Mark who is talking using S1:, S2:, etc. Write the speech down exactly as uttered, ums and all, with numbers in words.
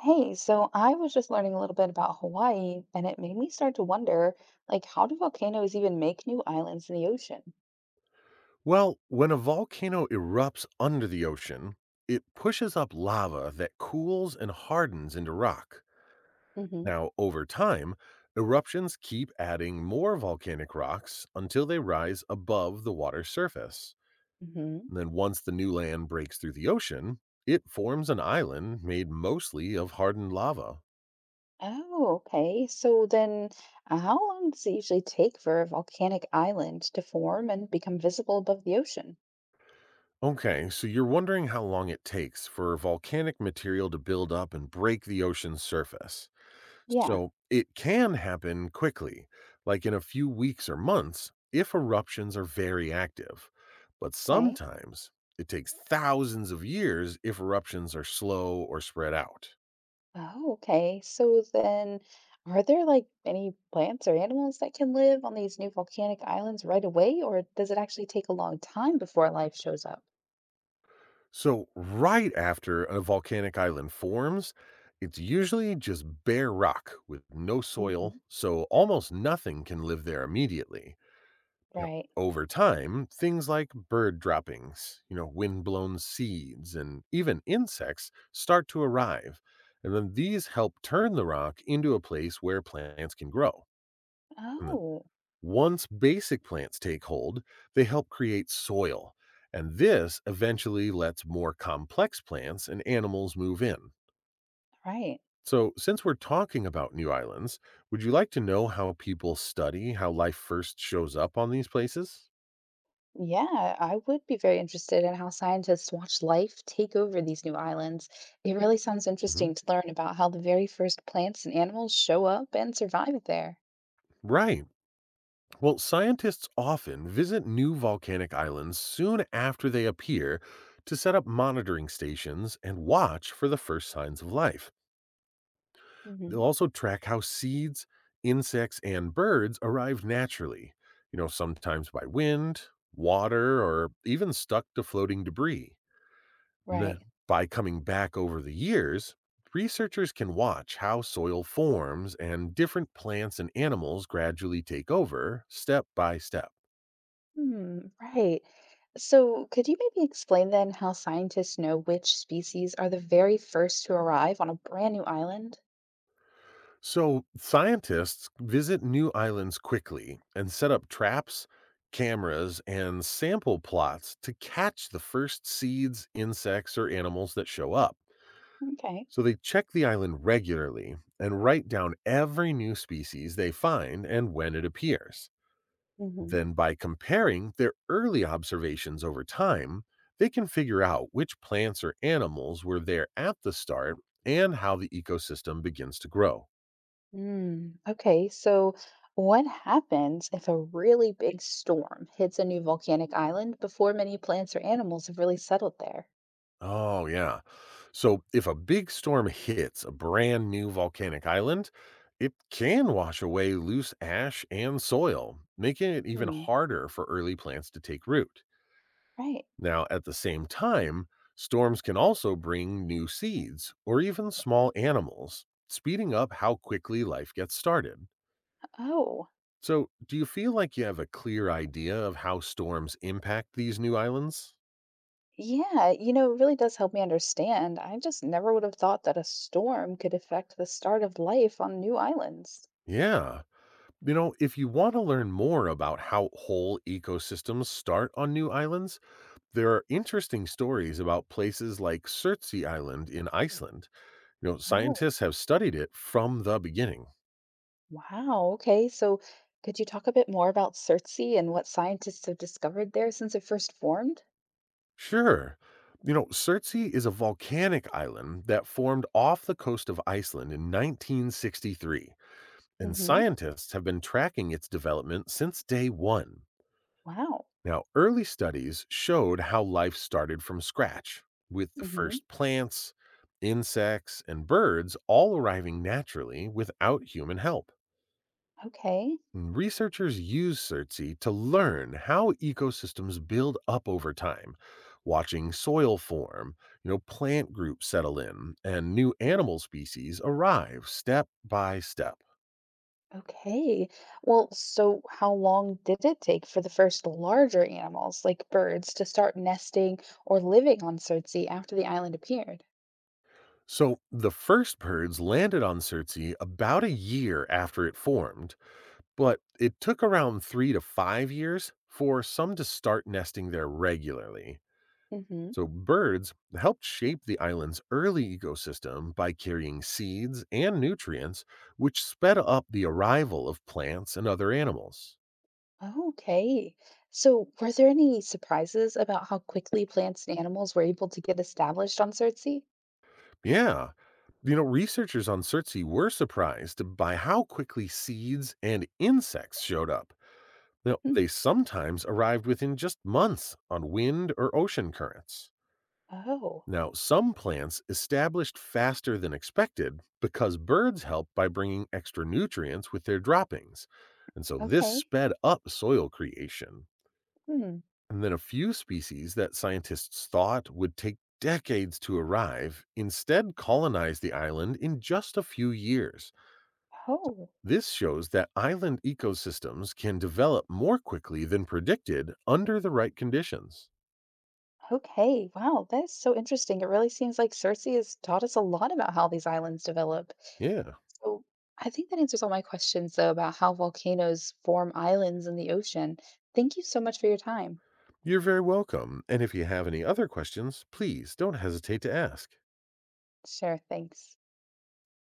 S1: Hey, so I was just learning a little bit about Hawaii, and it made me start to wonder, like, how do volcanoes even make new islands in the ocean?
S2: Well, when a volcano erupts under the ocean, it pushes up lava that cools and hardens into rock.
S1: Hmm.
S2: Now, over time, eruptions keep adding more volcanic rocks until they rise above the water's surface.
S1: Hmm.
S2: And then, once the new land breaks through the ocean, it forms an island made mostly of hardened lava.
S1: Oh, okay. So then, uh, how long does it usually take for a volcanic island to form and become visible above the ocean?
S2: Okay, so you're wondering how long it takes for volcanic material to build up and break the ocean's surface.
S1: Yeah,
S2: So it can happen quickly, like in a few weeks or months, if eruptions are very active. But
S1: okay.
S2: sometimes it takes thousands of years if eruptions are slow or spread out.
S1: Oh, okay. So then, are there like any plants or animals that can live on these new volcanic islands right away, or does it actually take a long time before life shows up?
S2: So, right after a volcanic island forms, it's usually just bare rock with no soil,
S1: Hmm.
S2: so almost nothing can live there immediately. Now,
S1: Right.
S2: over time, things like bird droppings, you know, windblown seeds, and even insects start to arrive. And then these help turn the rock into a place where plants can grow. And then
S1: Oh,
S2: once basic plants take hold, they help create soil. And this eventually lets more complex plants and animals move in.
S1: right.
S2: So, since we're talking about new islands, would you like to know how people study how life first shows up on these places?
S1: Yeah, I would be very interested in how scientists watch life take over these new islands. It really sounds
S2: Mhm.
S1: interesting to learn about how the very first plants and animals show up and survive there.
S2: Right. Well, scientists often visit new volcanic islands soon after they appear to set up monitoring stations and watch for the first signs of life.
S1: Hmm.
S2: They'll also track how seeds, insects, and birds arrive naturally, you know, sometimes by wind, water, or even stuck to floating debris. Then,
S1: Right.
S2: by coming back over the years, researchers can watch how soil forms and different plants and animals gradually take over step by step.
S1: Hmm, right. So, could you maybe explain then how scientists know which species are the very first to arrive on a brand new island?
S2: So, scientists visit new islands quickly and set up traps, cameras, and sample plots to catch the first seeds, insects, or animals that show up.
S1: Okay.
S2: So, they check the island regularly and write down every new species they find and when it appears. Then, by comparing their early observations over time, they can figure out which plants or animals were there at the start and how the ecosystem begins to grow.
S1: Mm, okay, so what happens if a really big storm hits a new volcanic island before many plants or animals have really settled there?
S2: Oh, yeah. So, if a big storm hits a brand new volcanic island, it can wash away loose ash and soil, making it even
S1: Hmm.
S2: harder for early plants to take root.
S1: Right.
S2: Now, at the same time, storms can also bring new seeds or even small animals, speeding up how quickly life gets started.
S1: Oh,
S2: So, do you feel like you have a clear idea of how storms impact these new islands?
S1: yeah, you know, it really does help me understand. I just never would have thought that a storm could affect the start of life on new islands.
S2: Yeah. You know, if you want to learn more about how whole ecosystems start on new islands, there are interesting stories about places like Surtsey Island in Iceland. You know,
S1: Oh,
S2: scientists have studied it from the beginning.
S1: wow. Okay, so could you talk a bit more about Surtsey and what scientists have discovered there since it first formed?
S2: Sure. You know, Surtsey is a volcanic island that formed off the coast of Iceland in nineteen sixty-three, and
S1: Mm-hmm.
S2: scientists have been tracking its development since day one.
S1: Wow.
S2: Now, early studies showed how life started from scratch, with the
S1: Mm-hmm.
S2: first plants, insects, and birds all arriving naturally without human help.
S1: Okay.
S2: And Researchers use CERTSI to learn how ecosystems build up over time, watching soil form, you know, plant groups settle in, and new animal species arrive step by step.
S1: Okay. Well, so how long did it take for the first larger animals, like birds, to start nesting or living on Surtsey after the island appeared?
S2: So the first birds landed on Surtsey about a year after it formed, but it took around three to five years for some to start nesting there regularly.
S1: Hmm.
S2: So birds helped shape the island's early ecosystem by carrying seeds and nutrients, which sped up the arrival of plants and other animals.
S1: Okay. So were there any surprises about how quickly plants and animals were able to get established on Surtsey?
S2: Yeah, you know, researchers on Surtsey were surprised by how quickly seeds and insects showed up. Now,
S1: Hmm.
S2: they sometimes arrived within just months on wind or ocean currents.
S1: Oh,
S2: Now, some plants established faster than expected because birds help by bringing extra nutrients with their droppings. And so this
S1: okay.
S2: sped up soil creation.
S1: Hmm.
S2: And then a few species that scientists thought would take decades to arrive instead colonized the island in just a few years.
S1: Oh.
S2: This shows that island ecosystems can develop more quickly than predicted under the right conditions.
S1: Okay, wow, that's so interesting. It really seems like Cersei has taught us a lot about how these islands develop.
S2: Yeah.
S1: So I think that answers all my questions, though, about how volcanoes form islands in the ocean. Thank you so much for your time.
S2: You're very welcome. And if you have any other questions, please don't hesitate to ask.
S1: Sure, thanks.